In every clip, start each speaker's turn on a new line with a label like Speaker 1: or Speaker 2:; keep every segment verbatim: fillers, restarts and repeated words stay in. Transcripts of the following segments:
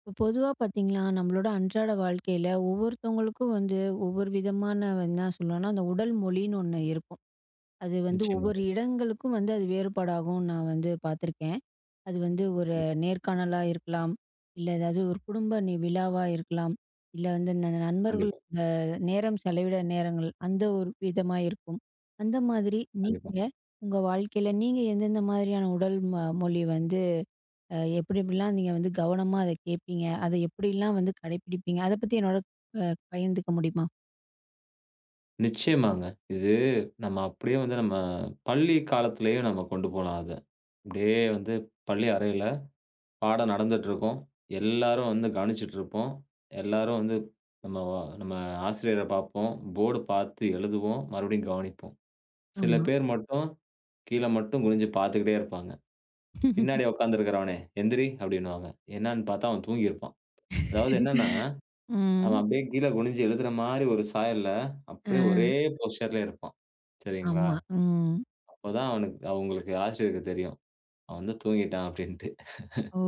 Speaker 1: இப்போ பொதுவா பார்த்தீங்களா, நம்மளோட அன்றாட வாழ்க்கையில ஒவ்வொருத்தவங்களுக்கும் வந்து ஒவ்வொரு விதமான என்ன சொல்லணும்னா, அந்த உடல் மொழின்னு ஒண்ணு இருக்கும். அது வந்து ஒவ்வொரு
Speaker 2: நிச்சயமாங்க.
Speaker 1: இடங்களுக்கும் வந்து அது வேறுபாடாகும் நான் வந்து பார்த்துருக்கேன். அது வந்து ஒரு
Speaker 2: கண்டிப்பா,
Speaker 1: நேர்காணலா இருக்கலாம், இல்ல ஏதாவது ஒரு குடும்ப நி விழாவா இருக்கலாம், இல்ல வந்து இந்த நண்பர்கள்
Speaker 2: கண்டிப்பா,
Speaker 1: நேரம் செலவிட நேரங்கள் அந்த ஒரு விதமா இருக்கும். அந்த மாதிரி
Speaker 2: கண்டிப்பா.
Speaker 1: நீங்க உங்க வாழ்க்கையில நீங்க எந்தெந்த மாதிரியான உடல் ம மொழி வந்து அ எப்படி எப்படிலாம் நீங்க வந்து கவனமா அத கேட்பீங்க? அத எப்படிலாம் வந்து கடைப்பிடிப்பீங்க? அத பத்தி என்னோட அ பகிர்ந்துக்க முடியுமா?
Speaker 2: நிச்சயமாங்க. இது நம்ம அப்படியே வந்து நம்ம பள்ளி காலத்திலேயே நம்ம கொண்டு போலாம் அத. அப்படியே வந்து பள்ளி அறையில பாடம் நடந்துட்டுருக்கும். எல்லாரும் வந்து கவனிச்சுட்டுருப்போம். எல்லாரும் வந்து நம்ம வ நம்ம ஆசிரியர பார்ப்போம். போர்டு பார்த்து எழுதுவோம். மறுபடியும் கவனிப்போம். சில
Speaker 1: ஆமா.
Speaker 2: பேர் மட்டும் கீழ மட்டும் குனிஞ்சு பார்த்துக்கிட்டே இருப்பாங்க. பின்னாடி உட்காந்துருக்கிறவனே எந்திரி! அப்படின்னுவாங்க. என்னான்னு பார்த்தா அவன் தூங்கியிருப்பான். அதாவது என்னன்னா அவன்
Speaker 1: ம்.
Speaker 2: அப்படியே கீழ குனிஞ்சு எழுதுற மாரி ஒரு சாயல்ல,
Speaker 1: ஆ.
Speaker 2: அப்படியே ஒரே போஸ்டர்ல இருப்பான். சரிங்களா?
Speaker 1: ஆமா. ம்.
Speaker 2: அப்பதான் அவனுக்கு அவங்களுக்கு ஆசிரியருக்கு தெரியும். அவன் வந்து தூங்கிட்டான் அப்படின்ட்டு.
Speaker 1: ஓ!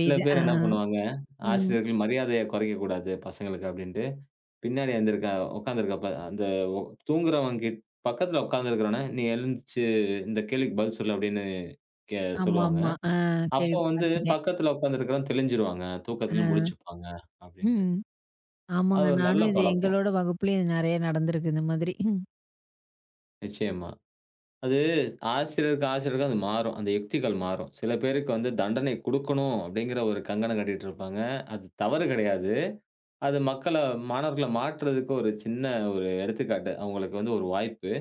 Speaker 2: சில பேர்
Speaker 1: ஆ.
Speaker 2: என்ன பண்ணுவாங்க,
Speaker 1: ம்.
Speaker 2: ஆசிரியர்கள் மரியாதைய குறைக்கக் கூடாது பசங்களுக்கு அப்படின்ட்டு, பின்னாடி எந்திருக்க உட்கார்ந்திருக்கப்ப அந்த ஒ தூங்குறவன் கிட் பக்கத்துல உட்கார்ந்திருக்கிறவன, "நீ எழுந்துச்சு இந்த கேள்விக்கு பதில் சொல்லு" அப்படின்னு கே சொல்லுவாங்க.
Speaker 1: ஆமாமா. ஆ
Speaker 2: அப்ப
Speaker 1: கேள்வி
Speaker 2: வந்து
Speaker 1: பார்த்துருக்கேன்.
Speaker 2: பக்கத்துல உட்கார்ந்திருக்கிறவன் தெளிஞ்சிருவாங்க.
Speaker 1: ஆ.
Speaker 2: தூக்கத்துல முழிச்சுப்பாங்க அப்படின்ட்டு.
Speaker 1: ம்.
Speaker 2: அது
Speaker 1: ஆமாங்க.
Speaker 2: ஒரு நல்ல
Speaker 1: நானும் இது
Speaker 2: பழக்கம்.
Speaker 1: எங்களோட வகுப்புலயும் இது நெறைய நடந்திருக்கு இந்த மாதிரி. ம்.
Speaker 2: நிச்சயமா. அது ஆசிரியருக்கு, ஆசிரியருக்கு அது மாறும். அந்த யுக்திகள் மாறும். சில பேருக்கு வந்து தண்டனை குடுக்கணும் அப்படிங்கிற ஒரு கங்கணம் கட்டிட்டு இருப்பாங்க. அது தவறு கிடையாது. அது மக்கள மாணவர்கள மாற்றுறதுக்கு ஒரு சின்ன ஒரு எடுத்துக்காட்டு. அவங்களுக்கு வந்து ஒரு வாய்ப்பு.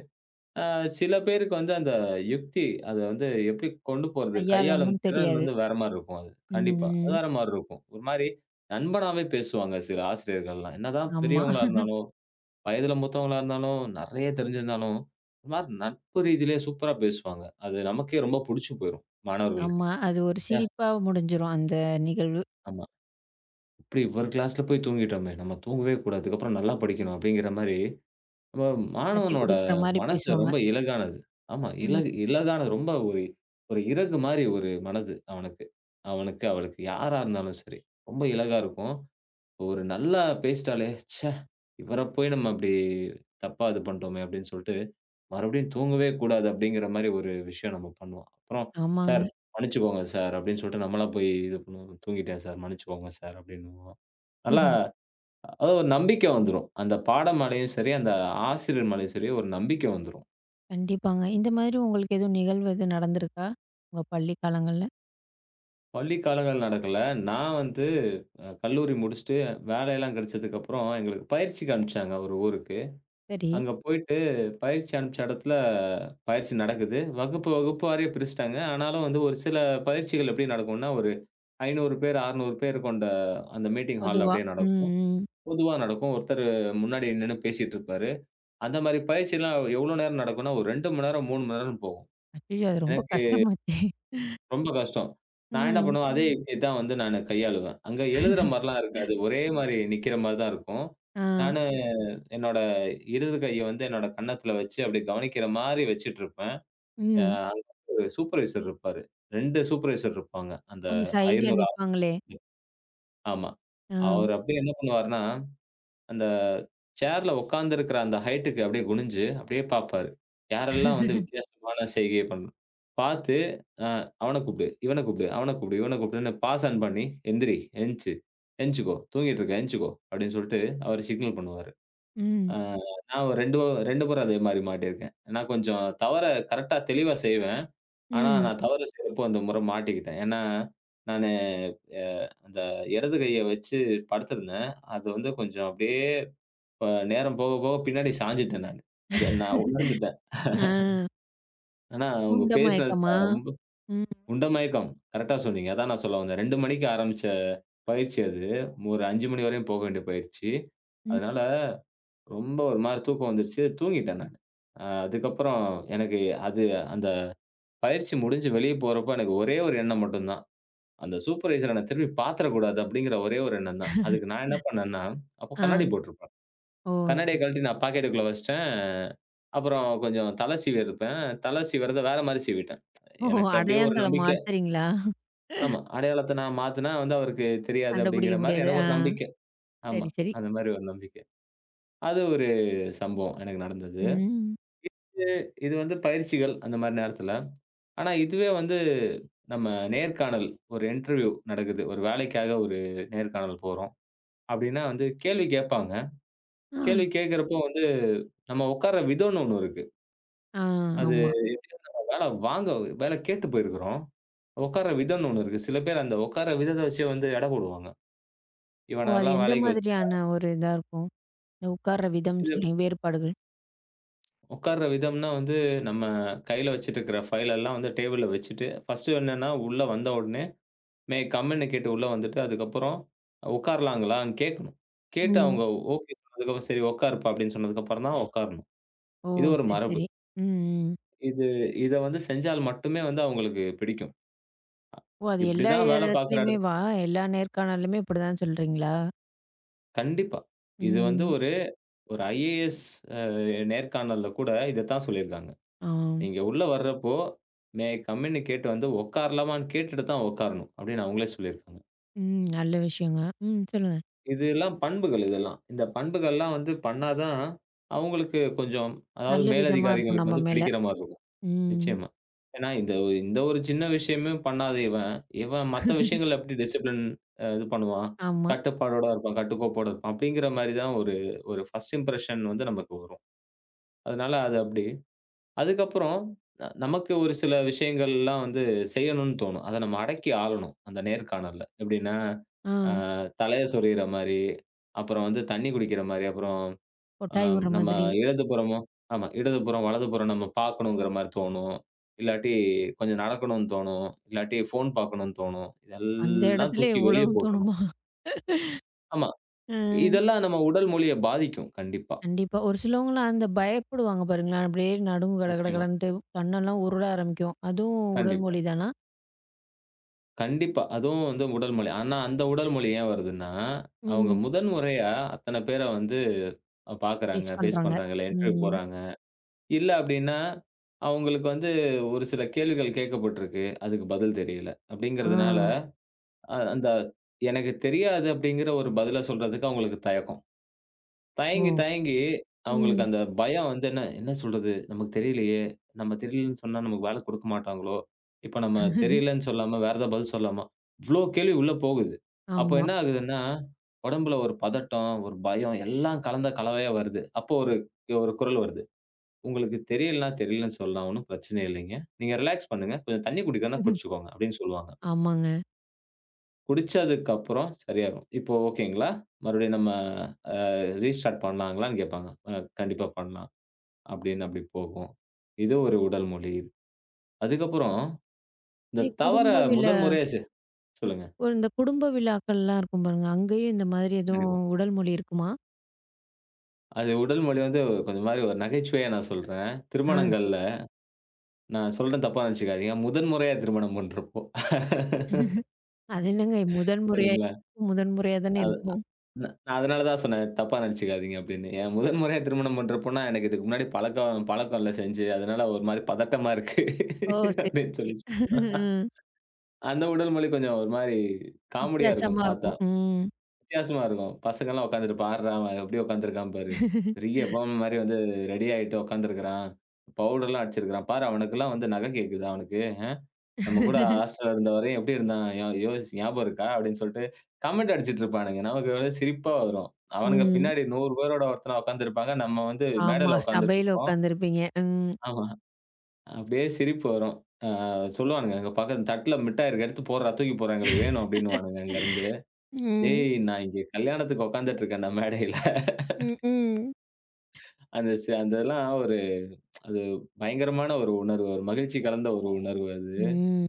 Speaker 2: அ சில பேருக்கு வந்து அந்த யுக்தி அத வந்து எப்படி கொண்டு போறது? கையாளும்
Speaker 1: கையாளணும்னு
Speaker 2: திறன்
Speaker 1: தெரியாது.
Speaker 2: வந்து வேற மாரி இருக்கும் அது. கண்டிப்பா. அது
Speaker 1: ம்.
Speaker 2: வேற மாரி இருக்கும். ஒரு மாரி நண்பனாவே பேசுவாங்க சில ஆசிரியர்கள்லாம். என்னதான்
Speaker 1: ஆமா,
Speaker 2: பெரியவங்களா இருந்தாலும் வயதில மூத்தவங்களா இருந்தாலும், நெறைய தெரிஞ்சிருந்தாலும், ஒரு மாரி நட்பு ரீதியிலே சூப்பரா பேசுவாங்க. அது நமக்கே ரொம்ப புடிச்சு போயிரும், மாணவர்களுக்கு.
Speaker 1: ஆமா. அது ஒரு
Speaker 2: ச்சே!
Speaker 1: சிரிப்பா முடிஞ்சிரும் அந்த நிகழ்வு.
Speaker 2: ஆமா. "இப்படி இவர் கிளாஸ்ல போய் தூங்கிட்டோமே! நம்ம தூங்கவே கூடாது. அதுக்கப்புறம் நல்லா படிக்கணும்." அப்படிங்கிற மாரி, நம்ம
Speaker 1: தட்டி
Speaker 2: மாணவனோட
Speaker 1: குடுக்குற மாரி
Speaker 2: மனசு
Speaker 1: பேசுவாங்க.
Speaker 2: ரொம்ப இலகானது. ஆமா,
Speaker 1: ம்.
Speaker 2: இலகு இலகானது. ரொம்ப ஒரு ஒரு இறகு மாரி ஒரு மனது அவனுக்கு. அவனுக்கு, அவளுக்கு யாரா இருந்தாலும் சரி. ரொம்ப இலகா இருக்கும். ஒரு நல்லா பேசிட்டாலே, ச்சே! இவர போய் நம்ம அப்படி தப்பா இது பண்ணிட்டோமே அப்படின்னு சொல்லிட்டு, மறுபடியும் தூங்கவே கூடாது அப்படிங்கிற மாரி ஒரு விஷயம் நம்ம பண்ணுவோம். அப்புறம்
Speaker 1: ஆமாங்க.
Speaker 2: சார் மன்னிச்சுக்கோங்க சார் அப்படின்னு சொல்லிட்டு நம்மளா போய் இது பண்ணுவோம். தூங்கிட்டேன் சார் மன்னிச்சுக்கோங்க சார் அப்படின்னுவோம். நல்லா அதாவது ஒரு நம்பிக்கை வந்துரும். அந்த பாடம் மேலயும் சரி, அந்த ஆசிரியர் மேலயும் சரி ஒரு நம்பிக்கை வந்துரும்.
Speaker 1: கண்டிப்பாங்க. இந்த மாதிரி உங்களுக்கு எதுவும் நிகழ்வு எதுவும் நடந்திருக்கா? உங்க பள்ளி காலங்கள்ல?
Speaker 2: பள்ளி காலங்கள் நடக்கல. நான் வந்து அ கல்லூரி முடிச்சுட்டு வேலையெல்லாம் கிடைச்சதுக்கப்புறம் எங்களுக்கு பயிற்சிக்கு அனுப்பிச்சாங்க ஒரு ஊருக்கு.
Speaker 1: சரி.
Speaker 2: அங்க போயிட்டு பயிற்சி அனுப்பிச்ச இடத்துல பயிற்சி நடக்குது. வகுப்பு வகுப்பு வாரியா பிரிச்சுட்டாங்க. ஆனாலும் வந்து ஒரு சில பயிற்சிகள் எப்படி நடக்கும்னா, ஒரு ஐநூறு பேர், அறுநூறு பேர் கொண்ட அந்த மீட்டிங் ஹால்
Speaker 1: பொதுவா.
Speaker 2: அப்படியே
Speaker 1: ம்,
Speaker 2: நடக்கும்.
Speaker 1: ம்.
Speaker 2: பொதுவா நடக்கும். ஒருத்தர் முன்னாடி நின்னு பேசிட்டு இருப்பாரு. அந்த மாரி பயிற்சிலாம் எவ்வளோ நேரம் நடக்கும்னா, ஒரு இரண்டு மணி நேரம், மூணு மணி நேரம் போகும்.
Speaker 1: அய்யய்யோ! அது ரொம்ப
Speaker 2: எனக்கு
Speaker 1: கஷ்டமாச்சே!
Speaker 2: ரொம்ப கஷ்டம். நான் என்ன
Speaker 1: ம்.
Speaker 2: பண்ணுவேன், அதே ம். யுக்திய தான் வந்து நானு கையாளுவேன். அங்க எழுதுற மாரிலாம் இருக்காது. ஒரே மாரி நிக்கிற மாரி தான் இருக்கும்.
Speaker 1: ஆ.
Speaker 2: நானு என்னோட இடது கைய வந்து என்னோட கன்னத்துல வச்சு அப்டி கவனிக்கிற மாரி வச்சுட்ருப்பேன். அ
Speaker 1: ம்.
Speaker 2: அங்க ஒரு சூப்பர்வைசர் இருப்பாரு. ரெண்டு சூப்பர்வைசர் இருப்பாங்க. அந்த
Speaker 1: அந்த சைடுல
Speaker 2: ஐநூறு
Speaker 1: நிப்பாங்களே!
Speaker 2: ஆமா.
Speaker 1: ஆ.
Speaker 2: அவரு அப்டியே என்ன பண்ணுவாருன்னா அந்த சேர்ல உட்கார்ந்திருக்கிற அந்த ஹைட்டுக்கு அப்படியே குனிஞ்சு, அப்படியே பார்ப்பாரு. யாரெல்லாம் வந்து வித்தியாசமான செய்கைய பண்ணணும். பார்த்து, அ "அவன கூப்பிடு, இவன கூப்பிடு, அவன கூப்பிடு, இவன கூப்பிடுன்னு" பாஸ் ஆன் பண்ணி, "எந்திரி, எந்திச்சு, எந்திச்சுக்கோ, தூங்கிட்டு இருக்க, எந்திச்சுக்கோ" அப்படின்னு சொல்லிட்டு அவரு சிக்னல் பண்ணுவாரு.
Speaker 1: ம்.
Speaker 2: அ நான் ஒரு இரண்டு இரண்டு முறை அதே மாரி மாட்டியிருக்கேன். நான் கொஞ்சம் தவற கரெக்ட்டா தெளிவா செய்வேன். ஆனா,
Speaker 1: ம்.
Speaker 2: நான் தவறு செய்றப்போ அந்த முறை மாட்டிக்கிட்டேன். ஏன்னா, நானு அ அந்த இடது கைய வச்சு படுத்திருந்தேன். அது வந்து கொஞ்சம் அப்படியே அ நேரம் போக, போக பின்னாடி சாஞ்சுட்டேன் நானு. அத நான் உணர்ந்துட்டேன்.
Speaker 1: ஆ.
Speaker 2: ஆனா அவங்க
Speaker 1: உண்ட
Speaker 2: பேசினது
Speaker 1: மயக்கமா?
Speaker 2: அ ரொம்ப
Speaker 1: ம்.
Speaker 2: உண்ட மயக்கம். கரெக்ட்டா சொன்னீங்க. அதான் நான் சொல்ல வந்தேன். ரெண்டு மணிக்கு ஆரம்பிச்ச பயிற்சி அது. ஒரு அஞ்சு மணி வரையும் போக வேண்டிய பயிற்சி.
Speaker 1: ம்.
Speaker 2: அதனால ரொம்ப ஒரு மாரி தூக்கம் வந்துருச்சு. தூங்கிட்டேன் நானு. அ அதுக்கப்புறம் எனக்கு அது அந்த பயிற்சி முடிஞ்சு வெளிய போறப்போ எனக்கு ஒரே ஒரு எண்ணம் மட்டும் தான். அந்த சூப்பர்வைசர நான் திரும்பி பாத்துறக்கூடாது அப்படிங்கிற ஒரே ஒரு எண்ணம் தான். அதுக்கு நான் என்ன பண்ணேன்னா, அப்போ
Speaker 1: ஆ.
Speaker 2: கண்ணாடி போட்டிருப்பேன்.
Speaker 1: ஓ!
Speaker 2: கண்ணாடிய
Speaker 1: சரி.
Speaker 2: கழட்டி நான் பாக்கெட்டுக்குள்ள வச்சுட்டேன். அப்புறம் கொஞ்சம் தல சீவிருப்பேன். தல சீவுறத வேற மாரி சீவிட்டேன்.
Speaker 1: ஓ!
Speaker 2: எனக்கு அப்படியே ஒரு
Speaker 1: அடையாங்காலம்
Speaker 2: நம்பிக்கை.
Speaker 1: மாத்துறீங்களா?
Speaker 2: ஆமா. அடையாளத்த நான் மாத்துனா வந்து அவருக்கு தெரியாது
Speaker 1: கண்டுபிடிக்க
Speaker 2: அப்படிங்கிற மாரி
Speaker 1: முடியாது.
Speaker 2: எனக்கு
Speaker 1: ஆ.
Speaker 2: ஒரு நம்பிக்கை. ஆமா.
Speaker 1: சரி, சரி.
Speaker 2: அந்த மாரி ஒரு நம்பிக்கை. அது ஒரு சம்பவம் எனக்கு நடந்தது.
Speaker 1: ம்.
Speaker 2: இது வந்து பயிற்சிகள் அந்த மாரி நேரத்துல. ஆனா இதுவே வந்து நம்ம நேர்காணல், ஒரு இன்டர்வியூ நடக்குது. ஒரு வேலைக்காக ஒரு நேர்காணல் போறோம். அப்படின்னா வந்து கேள்வி கேட்பாங்க.
Speaker 1: ஆ.
Speaker 2: கேள்வி கேட்கிறப்போ வந்து நம்ம உட்கார்ற விதம்ன்னு ஒண்ணு இருக்கு.
Speaker 1: ஆ.
Speaker 2: அது
Speaker 1: ஆமா.
Speaker 2: வேல வாங்க வேல கேட்டு போயிருக்கிறோம். உட்கார்ற விதம்ன்னு ஒண்ணு இருக்கு. சில பேர் அந்த உட்கார்ற விதத்த வச்சே வந்து எடை போடுவாங்க.
Speaker 1: ஓ! அது
Speaker 2: இவனெல்லாம்
Speaker 1: எந்த
Speaker 2: வேலைக்கு வச்சு
Speaker 1: மாதிரியான ஒரு இதா இருக்கும்? இந்த உட்கார்ற விதம்
Speaker 2: இது
Speaker 1: சொல்றீங்க. வேறுபாடுகள்.
Speaker 2: உட்கார்ற விதம்னா வந்து நம்ம கையில வச்சுட்டு இருக்கிற ஃபைல் எல்லாம் வந்து டேபிள்ல வச்சுட்டு, ஃபர்ஸ்ட் என்னன்னா உள்ள வந்த உடனே மே ஐ கம்ன்னு கேட்டு உள்ள வந்துட்டு, அதுக்கப்புறம் உட்காரலாங்களான்னு கேட்கணும். கேட்டு
Speaker 1: ம்.
Speaker 2: அவங்க ஓகே சொன்னதுக்கப்புறம், "சரி உட்காருப்பா" அப்படின்னு சொன்னதுக்கப்புறம் தான் உட்காரணும்.
Speaker 1: ஓ!
Speaker 2: இது ஒரு
Speaker 1: சரி,
Speaker 2: மரபு.
Speaker 1: சரி. ம், ம்.
Speaker 2: இது இத வந்து செஞ்சால் மட்டுமே வந்து அவங்களுக்கு பிடிக்கும்.
Speaker 1: ஓ! அது எல்லா
Speaker 2: இப்படிதான் வேலை பார்க்கிற எடத்
Speaker 1: இடத்துலயுமேவா? எல்லா நேர்காணல்லுமே இப்படிதான் சொல்றீங்களா?
Speaker 2: கண்டிப்பா. இது வந்து
Speaker 1: ம்.
Speaker 2: ஒரு ஒரு ஐஏஎஸ் அ நேர்காணல்ல கூட இதத்தான் சொல்லியிருக்காங்க.
Speaker 1: ஆ.
Speaker 2: "நீங்க உள்ள வர்றப்போ, மே ஐ கம்மின்னு கேட்டு வந்து உட்காரலாமான்னு கேட்டுட்டு தான் உட்காரணும்." அப்படின்னு அவங்களே சொல்லியிருக்காங்க.
Speaker 1: ம். நல்ல விஷயங்க. ம். சொல்லுங்க.
Speaker 2: இதெல்லாம் பண்புகள் இதெல்லாம். இந்த பண்புகள்லாம் வந்து பண்ணா தான், அவங்களுக்கு கொஞ்சம் அதாவது
Speaker 1: நல்ல விதமா இருக்கும்
Speaker 2: மேலதிகாரிகளுக்கு
Speaker 1: நம்ம
Speaker 2: வந்து
Speaker 1: மேல.
Speaker 2: பிடிக்கிற மாரி இருக்கும்.
Speaker 1: ம்.
Speaker 2: நிச்சயமா. ஏன்னா இந்த ஒ- இந்த ஒரு சின்ன விஷயமே பண்ணாத இவன், இவன் மத்த விஷயங்கள்ல எப்படி டிசிப்ளின் அ இது பண்ணுவான்?
Speaker 1: ஆமா.
Speaker 2: கட்டுப்பாடோட இருப்பான், கட்டுக்கோப்போட இருப்பான். அப்படிங்கிற மாரி தான் ஒரு ஒரு ஃபர்ஸ்ட் இம்ப்ரஷன் வந்து நமக்கு வரும். அதனால அது அப்படி. அதுக்கப்புறம் ந நமக்கு ஒரு சில விஷயங்கள்லாம் வந்து செய்யணும்னு தோணும். அத நம்ம அடக்கி ஆளணும். அந்த நேர்காணல்ல. எப்படின்னா,
Speaker 1: ஆ.
Speaker 2: அ தலைய சொறியிற மாரி, அப்புறம் வந்து தண்ணீ குடிக்கிற மாரி, அப்புறம் அ
Speaker 1: கொட்டாய் விடுற
Speaker 2: நம்ம
Speaker 1: மாதிரி.
Speaker 2: இடதுபுறமும் ஆமா. இடதுபுறம், வலதுபுறம் நம்ம பார்க்கணுங்கிற மாரி தோணும். இல்லாட்டி கொஞ்சம் நடக்கணும்னு தோணும். இல்லாட்டி ஃபோன் பார்க்கணும்னு தோணும்.
Speaker 1: அந்த
Speaker 2: இதெல்லாம்
Speaker 1: இடத்துல
Speaker 2: தூக்கி வெளிய
Speaker 1: இவ்வளவும்
Speaker 2: போட்டுறணும்.
Speaker 1: தோணுமா?
Speaker 2: ஆமா.
Speaker 1: அ.
Speaker 2: இதெல்லாம் நம்ம உடல் மொழிய பாதிக்கும். கண்டிப்பா.
Speaker 1: கண்டிப்பா. ஒரு சிலவங்கலாம் அந்த பயப்படுவாங்க பாருங்களேன். அப்படியே நடுங்கும் கட கட
Speaker 2: நிச்சயமா.
Speaker 1: கடன்ட்டு கண்ணெல்லாம் உருள ஆரம்பிக்கும். அதுவும் உடல்
Speaker 2: கண்டிப்பா.
Speaker 1: மொழி தானா?
Speaker 2: கண்டிப்பா. அதுவும் வந்து உடல் மொழி. ஆனா அந்த உடல் மொழி ஏன் வருதுன்னா, அவங்க
Speaker 1: ம்.
Speaker 2: முதன் முறையா அத்தன பேர வந்து அ பார்க்குறாங்க,
Speaker 1: ஃபேஸ்
Speaker 2: ஃபேஸ்
Speaker 1: பண்றாங்க.
Speaker 2: பண்றாங்க, இல்ல இன்டர்வியூ
Speaker 1: ம்.
Speaker 2: போறாங்க. இல்ல அப்டின்னா, அவங்களுக்கு வந்து ஒரு சில கேள்விகள் கேட்கப்பட்டிருக்கு. அதுக்கு பதில் தெரியல.
Speaker 1: ஆ.
Speaker 2: அப்டிங்கிறதுனால, அ அந்த "எனக்கு தெரியாது" அப்டிங்கிற ஒரு பதில சொல்றதுக்கு அவங்களுக்கு தயக்கம்.
Speaker 1: ஓ!
Speaker 2: தயங்கி, தயங்கி அவங்களுக்கு
Speaker 1: ம்.
Speaker 2: அந்த பயம் வந்து என்ன என்ன சொல்றது? நமக்கு தெரியலையே! நம்ம தெரியலன்னு சொன்னா நமக்கு வேலை குடுக்க மாட்டாங்களோ! இப்ப நம்ம தெரியலன்னு சொல்லாம, வேற ஏதாவது பதில் சொல்லாமா? இவ்ளோ கேள்வி உள்ள போகுது. அப்போ
Speaker 1: ஆமா.
Speaker 2: என்ன ஆகுதுன்னா, உடம்புல ஒரு பதட்டம், ஒரு பயம் எல்லாம் கலந்த கலவையா வருது. அப்போ ஒரு ஒரு குரல் வருது. "உங்களுக்கு தெரியலன்னா தெரியலன்னு சொல்லலாம். ஒண்ணும் பிரச்சனை இல்லைங்க. நீங்க ரிலாக்ஸ் பண்ணுங்க. கொஞ்சம் தண்ணீ குடிக்கணும்னா குடிச்சுக்கோங்க" அப்படின்னு சொல்லுவாங்க.
Speaker 1: ஆமாங்க.
Speaker 2: குடிச்சதுக்கு அப்புறம் சரியாயிரும். இப்போ ஓகேங்களா? மறுபடியும் நம்ம அ ரீஸ்டார்ட் பண்ணலாங்களான்னு கேட்பாங்க. அ கண்டிப்பா பண்ணலாம். அப்படின்னு அப்படி போகும். இது ஒரு உடல் மொழி. அதுக்கப்புறம் இந்த
Speaker 1: இதே
Speaker 2: தவற
Speaker 1: குடும்ப விழா
Speaker 2: முதல் முறையா செ சொல்லுங்க.
Speaker 1: ஒரு இந்த குடும்ப விழாக்கள்லாம் இருக்கும் பாருங்க. அங்கேயும் இந்த மாதிரி
Speaker 2: கண்டிப்பா.
Speaker 1: எதுவும் உடல் மொழி இருக்குமா?
Speaker 2: அது உடல் மொழி வந்து கொஞ்சம் மாரி ஒரு நகைச்சுவையா நான் சொல்றேன்.
Speaker 1: ஆ சரி.
Speaker 2: திருமணங்கள்ல நான் சொல்றேன் தப்பா நெனச்சுக்காதீங்க. முதன் முறையா திருமணம் பண்றப்போ.
Speaker 1: அது என்னங்க முதன் முறையா
Speaker 2: சரிங்களா?
Speaker 1: முதன் முறையா தானே இருக்கும்.
Speaker 2: ந நான் அதனால தான் சொன்னேன், தப்பா நெனச்சுக்காதீங்க அப்டின்னு. ஏன் முதல் முறையா திருமணம் பண்றப்போனா, எனக்கு இதுக்கு முன்னாடி பழக்கம் பழக்கம் இல்ல செஞ்சு. அதனால ஒரு மாரி பதட்டமா இருக்கு
Speaker 1: ஓ! சரி,
Speaker 2: அப்டின்னு
Speaker 1: சரி.
Speaker 2: சொல்லி சொன்னா.
Speaker 1: ம்.
Speaker 2: அந்த உடல் மொழி கொஞ்சம் ஒரு மாரி காமெடியா இருக்கும்
Speaker 1: வித்தியாசமா
Speaker 2: பார்த்தா.
Speaker 1: இருக்கும். ம்.
Speaker 2: வித்தியாசமா இருக்கும். பசங்கலாம் உட்கார்ந்துட்டு பார்றா அவன் எப்டி உட்கார்ந்துருக்கான் பாரு. பெரிய பொம்மை மாரி வந்து ரெடி ஆயிட்டு உட்கார்ந்துருக்கிறான். பவுடர்லாம் அடிச்சிருக்கிறான். பாரு அவனுக்கெல்லாம் வந்து நகை கேக்குது அவனுக்கு. நம்ம கூட ஹாஸ்டல்ல இருந்தவரையும் "எப்டி இருந்தான்? ஞா யோசி ஞாபகம் இருக்கா?" அப்படின்னு சொல்லிட்டு கமெண்ட் அடிச்சிட்டு இருப்பானுங்க. நமக்கு ஒரே சிரிப்பா வரும். அவனுங்க
Speaker 1: ம்.
Speaker 2: பின்னாடி நூறு பேரோட ஒருத்தனா உட்கார்ந்திருப்பாங்க. நம்ம வந்து
Speaker 1: ஆமா.
Speaker 2: மேடையில உட்கார்ந்துட்டு
Speaker 1: சபையில
Speaker 2: இருப்போம்.
Speaker 1: உட்காந்துருப்பீங்க. ம்.
Speaker 2: ஆமா. அப்படியே சிரிப்பு வரும். ஆ சொல்லுவானுங்க அங்க பக்கத்து தட்டுல மிட்டாய் இருக்கு. எடுத்து போடுறா, தூக்கி போடுறா எங்களுக்கு வேணும் அப்படின்னுவானுங்க அங்கருந்து.
Speaker 1: ம்.
Speaker 2: "டேய் நான் இங்க கல்யாணத்துக்கு உட்கார்ந்துட்டு இருக்கேன்டா மேடையில."
Speaker 1: ம், ம்.
Speaker 2: அந்த சி அந்த இதெல்லாம் ஒரு அது பயங்கரமான ஒரு உணர்வு. ஒரு மகிழ்ச்சி கலந்த ஒரு உணர்வு அது.
Speaker 1: ம்.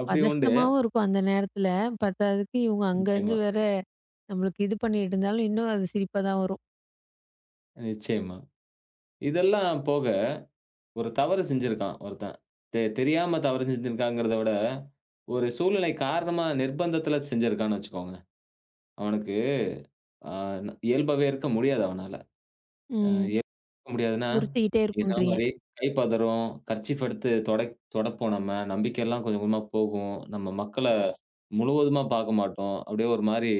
Speaker 2: அப்படி உண்டு.
Speaker 1: பதஷ்டமாவும் இருக்கும் அந்த நேரத்துல. பத்தாததுக்கு இவங்க அங்கருந்து
Speaker 2: நிச்சயமா,
Speaker 1: வேற நம்மளுக்கு இது பண்ணிட்டு இருந்தாலும், இன்னும் அது சிரிப்பா தான் வரும்.
Speaker 2: நிச்சயமா. இதெல்லாம் போக ஒரு தவறு செஞ்சிருக்கான் ஒருத்தன். தெ தெரியாம தவறு செஞ்சிருக்காங்கிறத விட, ஒரு சூழ்நிலை காரணமா நிர்பந்தத்துல செஞ்சிருக்கான்னு வச்சுக்கோங்க. அவனுக்கு அ இயல்பாவே இருக்க முடியாது அவனால. அ
Speaker 1: ம்.
Speaker 2: ஏத்துக்க முடியாதுன்னா,
Speaker 1: உறுத்திக்கிட்டே
Speaker 2: நீங்க சொன்ன
Speaker 1: இருக்குன்றீங்க.
Speaker 2: மாரி கை பதறும், கர்ச்சீஃப் எடுத்து தொடைக் தொடைப்போம் நம்ம. நம்பிக்கைலாம் கொஞ்சம் கொஞ்சமா போகும். நம்ம மக்கள முழுவதுமா பாக்க மாட்டோம். அப்படியே ஒரு மாரி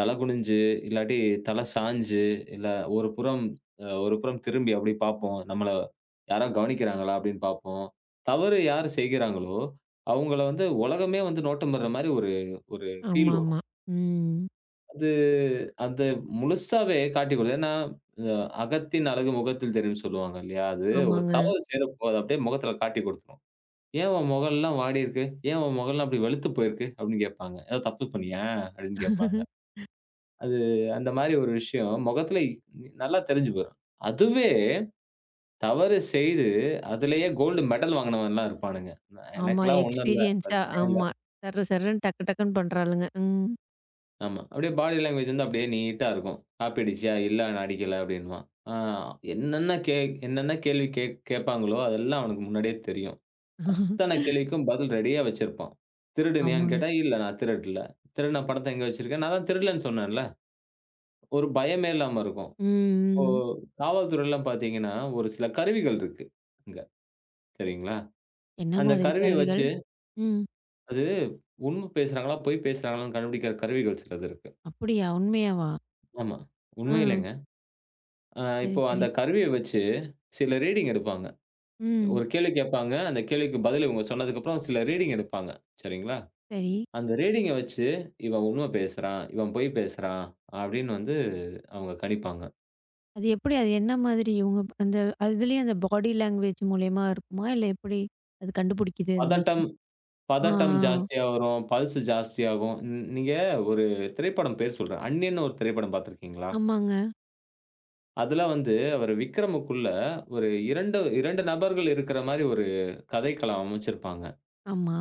Speaker 2: தலை குனிஞ்சு, இல்லாட்டி தலை சாய்ஞ்சு, இல்ல ஒரு புறம் அ ஒரு புறம் திரும்பி அப்படி பாப்போம். நம்மள யாரா கவனிக்கிறாங்களா அப்படின்னு பாப்போம். தவறு யார் செய்கிறாங்களோ, அவங்கள வந்து உலகமே வந்து நோட்டமிடுற மாரி ஒரு ஒரு ஃபீல்
Speaker 1: ஆமாமா.
Speaker 2: வரும்.
Speaker 1: ம்.
Speaker 2: அது அது முழுசாவே காட்டிக் கொடுது. ஏன்னா, அ அகத்தின் அழகு முகத்தில் தெரியும்னு சொல்லுவாங்க இல்லையா? அது ஒரு
Speaker 1: ஆமாங்க.
Speaker 2: தவறு செய்றப்போ, அது அப்படியே முகத்தில காட்டிக் குடுத்துரும். "ஏன் உன் முகம்லாம் வாடியிருக்கு? ஏன் உன் முகம்லாம் அப்படி வெளுத்து போயிருக்கு?" அப்படின்னு கேட்பாங்க. "ஏதோ தப்பு பண்ணியா?" அப்படின்னு கேட்பாங்க. அது அந்த மாரி ஒரு விஷயம் முகத்தில நல்லா தெரிஞ்சு போயிரும். அதுவே தவறு செய்து, அதிலேயே கோல்டு மெடல் வாங்கினவன்லாம் இருப்பானுங்க.
Speaker 1: ஆமா.
Speaker 2: எனக்கெல்லாம் ஒண்ணும் இல்ல.
Speaker 1: எக்ஸ்பீரியன்ஸா
Speaker 2: பிரச்சனையே இல்ல.
Speaker 1: ஆமா. சர்ரு சர்ருன்னு டக்கு டக்குன்னு பண்றாளுங்க. ம்.
Speaker 2: ஆமா. அப்படியே பாடி லாங்குவேஜ் வந்து அப்படியே நீட்டா இருக்கும். "காப்பி அடிச்சியா?" "இல்ல நான் அடிக்கல" அப்படின்னுவான். ஆ என்னென்ன கே என்னென்ன கேள்வி கே கேட்பாங்களோ அதெல்லாம் அவனுக்கு முன்னாடியே தெரியும். அத்தன கேள்விக்கும் பதில் ரெடியா வச்சிருப்பான். "திருடுனியான்னு?"
Speaker 1: ஆமாங்க.
Speaker 2: கேட்டா, "இல்ல நான் திருடல." "திருடுன பணத்த எங்க வச்சிருக்க?" "நான் தான் திருடலன்னு சொன்னேன்ல." ஒரு பயமே இல்லாம இருக்கும். இப்போ
Speaker 1: ம், ம்.
Speaker 2: காவல்துறைலாம் பார்த்தீங்கன்னா, ஒரு சில கருவிகள் இருக்கு அங்க. சரிங்களா?
Speaker 1: என்ன
Speaker 2: அந்த
Speaker 1: மாதிரி
Speaker 2: கருவிய
Speaker 1: கருவிகள்?
Speaker 2: வச்சு
Speaker 1: ம்.
Speaker 2: அது உண்ம பேசுறாங்களா, பொய் பேசுறாங்களான்னு கண்டுபிடிக்கிற கருவிகள் சிலது இருக்கு.
Speaker 1: அப்படியா? உண்மையாவா?
Speaker 2: ஆமா.
Speaker 1: ஆ.
Speaker 2: உண்மையிலேங்க. அ
Speaker 1: சரி,
Speaker 2: இப்போ
Speaker 1: சரி.
Speaker 2: அந்த கருவிய வச்சு சில ரீடிங் எடுப்பாங்க.
Speaker 1: ம்.
Speaker 2: ஒரு கேள்வி கேட்பாங்க. அந்த கேள்விக்கு பதில் இவங்க சொன்னதுக்கப்புறம் சில ரீடிங் எடுப்பாங்க. சரிங்களா?
Speaker 1: சரி.
Speaker 2: அந்த ரீடிங்க வச்சு, இவன் உண்ம பேசுறான், இவன் பொய் பேசுறான் அப்படின்னு வந்து அவங்க கணிப்பாங்க.
Speaker 1: அது எப்படி? அது என்ன மாதிரி இவங்க அந்த அதுலயும் அந்த பாடி லாங்குவேஜ் மூலியமா இருக்குமா? இல்ல எப்படி? அது கண்டுபிடிக்குது அந்த
Speaker 2: பதட்டம்
Speaker 1: மிஷின். ஆ,
Speaker 2: பதட்டம்
Speaker 1: ஆ.
Speaker 2: ஜாஸ்தியா வரும். பல்ஸ் ஜாஸ்தியாகும். ன் நீங்க ஒரு திரைப்படம் பேர் சொல்றேன். அந்நியன்னு ஒரு திரைப்படம் பார்த்திருக்கீங்களா?
Speaker 1: ஆமாங்க.
Speaker 2: அதுல வந்து அவரு விக்ரமுக்குள்ள ஒரு இரண்டு, இரண்டு நபர்கள் இருக்கிற மாரி ஒரு கதைக்களம் அமைச்சிருப்பாங்க.
Speaker 1: ஆமா.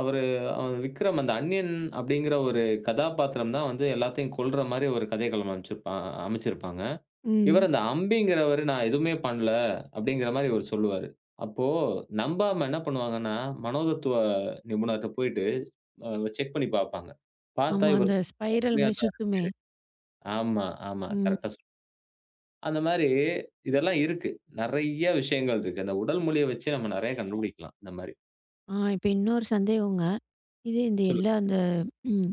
Speaker 2: அவரு அவன் விக்ரம் அந்த அந்நியன் அப்படிங்கிற ஒரு கதாபாத்திரம் தான் வந்து எல்லாத்தையும் கொல்ற மாரி ஒரு கதைக்களம் அமைச்சிருப்பான் அமைச்சிருப்பாங்க.
Speaker 1: ம்.
Speaker 2: இவரு அந்த அம்பிங்கிறவரு நான் எதுவுமே பண்ணல அப்படிங்கிற மாரி இவரு சொல்லுவாரு. அப்போ நம்பாம என்ன பண்ணுவாங்கன்னா, மனோதத்துவ நிபுணர்ட்ட போயிட்டு அ செக் பண்ணி பார்ப்பாங்க. பார்த்தா
Speaker 1: ஆமா.
Speaker 2: இவர்
Speaker 1: அந்த ஸ்பைரல்
Speaker 2: உண்மையா
Speaker 1: மாரி
Speaker 2: தான்
Speaker 1: சுத்துமே.
Speaker 2: ஆமா, ஆமா.
Speaker 1: ம்.
Speaker 2: கரெக்ட்டா சொன் அந்த மாரி இதெல்லாம் இருக்கு. நெறைய விஷயங்கள் இருக்கு. அந்த உடல் மொழிய வச்சே நம்ம நெறைய கண்டுபிடிக்கலாம். இந்த மாரி.
Speaker 1: ஆ இப்ப இன்னொரு சந்தேகங்க. இது இந்த
Speaker 2: சொல்லு
Speaker 1: எல்லா அந்த ம்.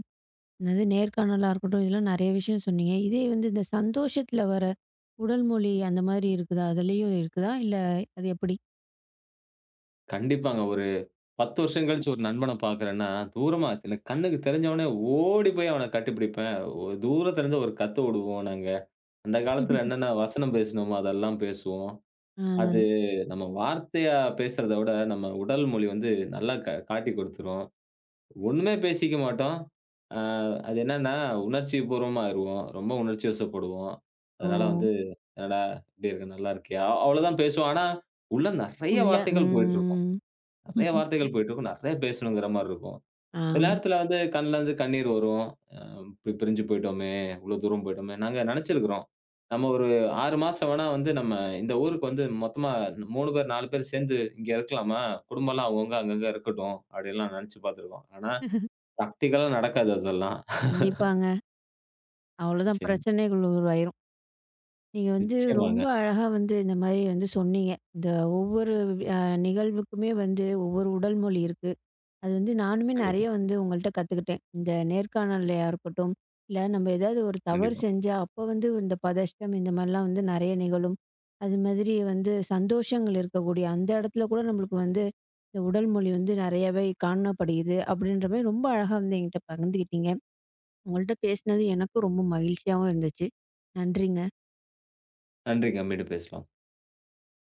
Speaker 1: அதாவது நேர்காணலா இருக்கட்டும், இதெல்லாம் நெறைய விஷயம் சொன்னீங்க. இதே வந்து இந்த சந்தோஷத்துல வர உடல் மொழி அந்த மாதிரி இருக்குதா? அதுலயும் இருக்குதா? இல்ல அது எப்படி?
Speaker 2: கண்டிப்பாங்க. ஒரு பத்து வருஷம் கழிச்சு ஒரு நண்பன பார்க்குறேன்னா, தூரமா எனக்கு கண்ணுக்கு தெரிஞ்சவனே ஓடி போய் அவன கட்டிப்பிடிப்பேன். ஒ தூரத்துல இருந்து ஒரு கத்து விடுவோம் நாங்க. அந்த காலத்துல என்னென்ன வசனம் பேசினோமோ, அதெல்லாம் பேசுவோம்.
Speaker 1: ஆ,
Speaker 2: அது நம்ம வார்த்தையா பேசுறத விட, நம்ம உடல் மொழி வந்து நல்லா கா காட்டிக் குடுத்துரும். ஒண்ணுமே பேசிக்க மாட்டோம். அ அது என்னன்னா, உணர்ச்சிபூர்வமா ஆயிருவோம். ரொம்ப உணர்ச்சி வசப்படுவோம்.
Speaker 1: ஓ!
Speaker 2: அதனால வந்து, "என்னடா, எப்படி இருக்க? நல்லா இருக்கியா?" அவ்வளோதான் பேசுவோம். ஆனா, உள்ள நெறைய
Speaker 1: உள்ள
Speaker 2: வார்த்தைகள் போயிட்டுருக்கும்.
Speaker 1: ம்.
Speaker 2: நெறைய வார்த்தைகள் போயிட்டுருக்கும். நெறைய பேசணுங்கிற மாரி இருக்கும்.
Speaker 1: ஆ,
Speaker 2: சில நேரத்துல வந்து கண்லருந்து கண்ணீர் வரும். அ "இப்படி பிரிஞ்சு போயிட்டோமே! இவ்வளோ தூரம் போயிட்டோமே!" நாங்க நெனச்சிருக்கிறோம். நம்ம ஒரு ஆறு மாசம் வேணா வந்து நம்ம இந்த ஊருக்கு வந்து மொத்தமா மூணு பேர், நாலு பேர் சேர்ந்து இங்க இருக்கலாமா? குடும்பம்லாம் அவங்கவங்க அங்கங்க இருக்கட்டும். அப்படின்லாம் நெனச்சு பார்த்துருக்கோம். ஆனா, பிராக்டிகலா நடக்காது அதெல்லாம்.
Speaker 1: கண்டிப்பாங்க. அவ்வளோதான்
Speaker 2: நிச்சயமா.
Speaker 1: பிரச்சனைகள் உருவாயிரும். நீங்க வந்து
Speaker 2: நிச்சயமாங்க.
Speaker 1: ரொம்ப அழகா வந்து இந்த மாரி வந்து சொன்னீங்க. இந்த ஒவ்வொரு அ நிகழ்வுக்குமே வந்து ஒவ்வொரு உடல் மொழி இருக்கு. அது வந்து நானுமே
Speaker 2: கண்டிப்பா,
Speaker 1: நெறைய வந்து உங்கள்ட்ட கத்துக்கிட்டேன். இந்த நேர்காணல்லயா இருக்கட்டும், இல்ல நம்ம ஏதாவது ஒரு தவறு
Speaker 2: கண்டிப்பா.
Speaker 1: செஞ்சா, அப்ப வந்து இந்த பதஷ்டம் இந்த மாரிலாம் வந்து நெறைய நிகழும். அது மாதிரி வந்து சந்தோஷங்கள் இருக்கக்கூடிய அந்த இடத்துல கூட நம்மளுக்கு வந்து இந்த உடல் மொழி வந்து நெறையாவே காணப்படுகிறது. அப்படின்ற மாரி ரொம்ப அழகா வந்து என்கிட்ட பகிர்ந்துக்கிட்டீங்க. உங்கள்ட்ட பேசினது எனக்கும் ரொம்ப மகிழ்ச்சியாவும் இருந்துச்சு. நன்றிங்க.
Speaker 2: நன்றிங்க. மீண்டும் பேசலாம்.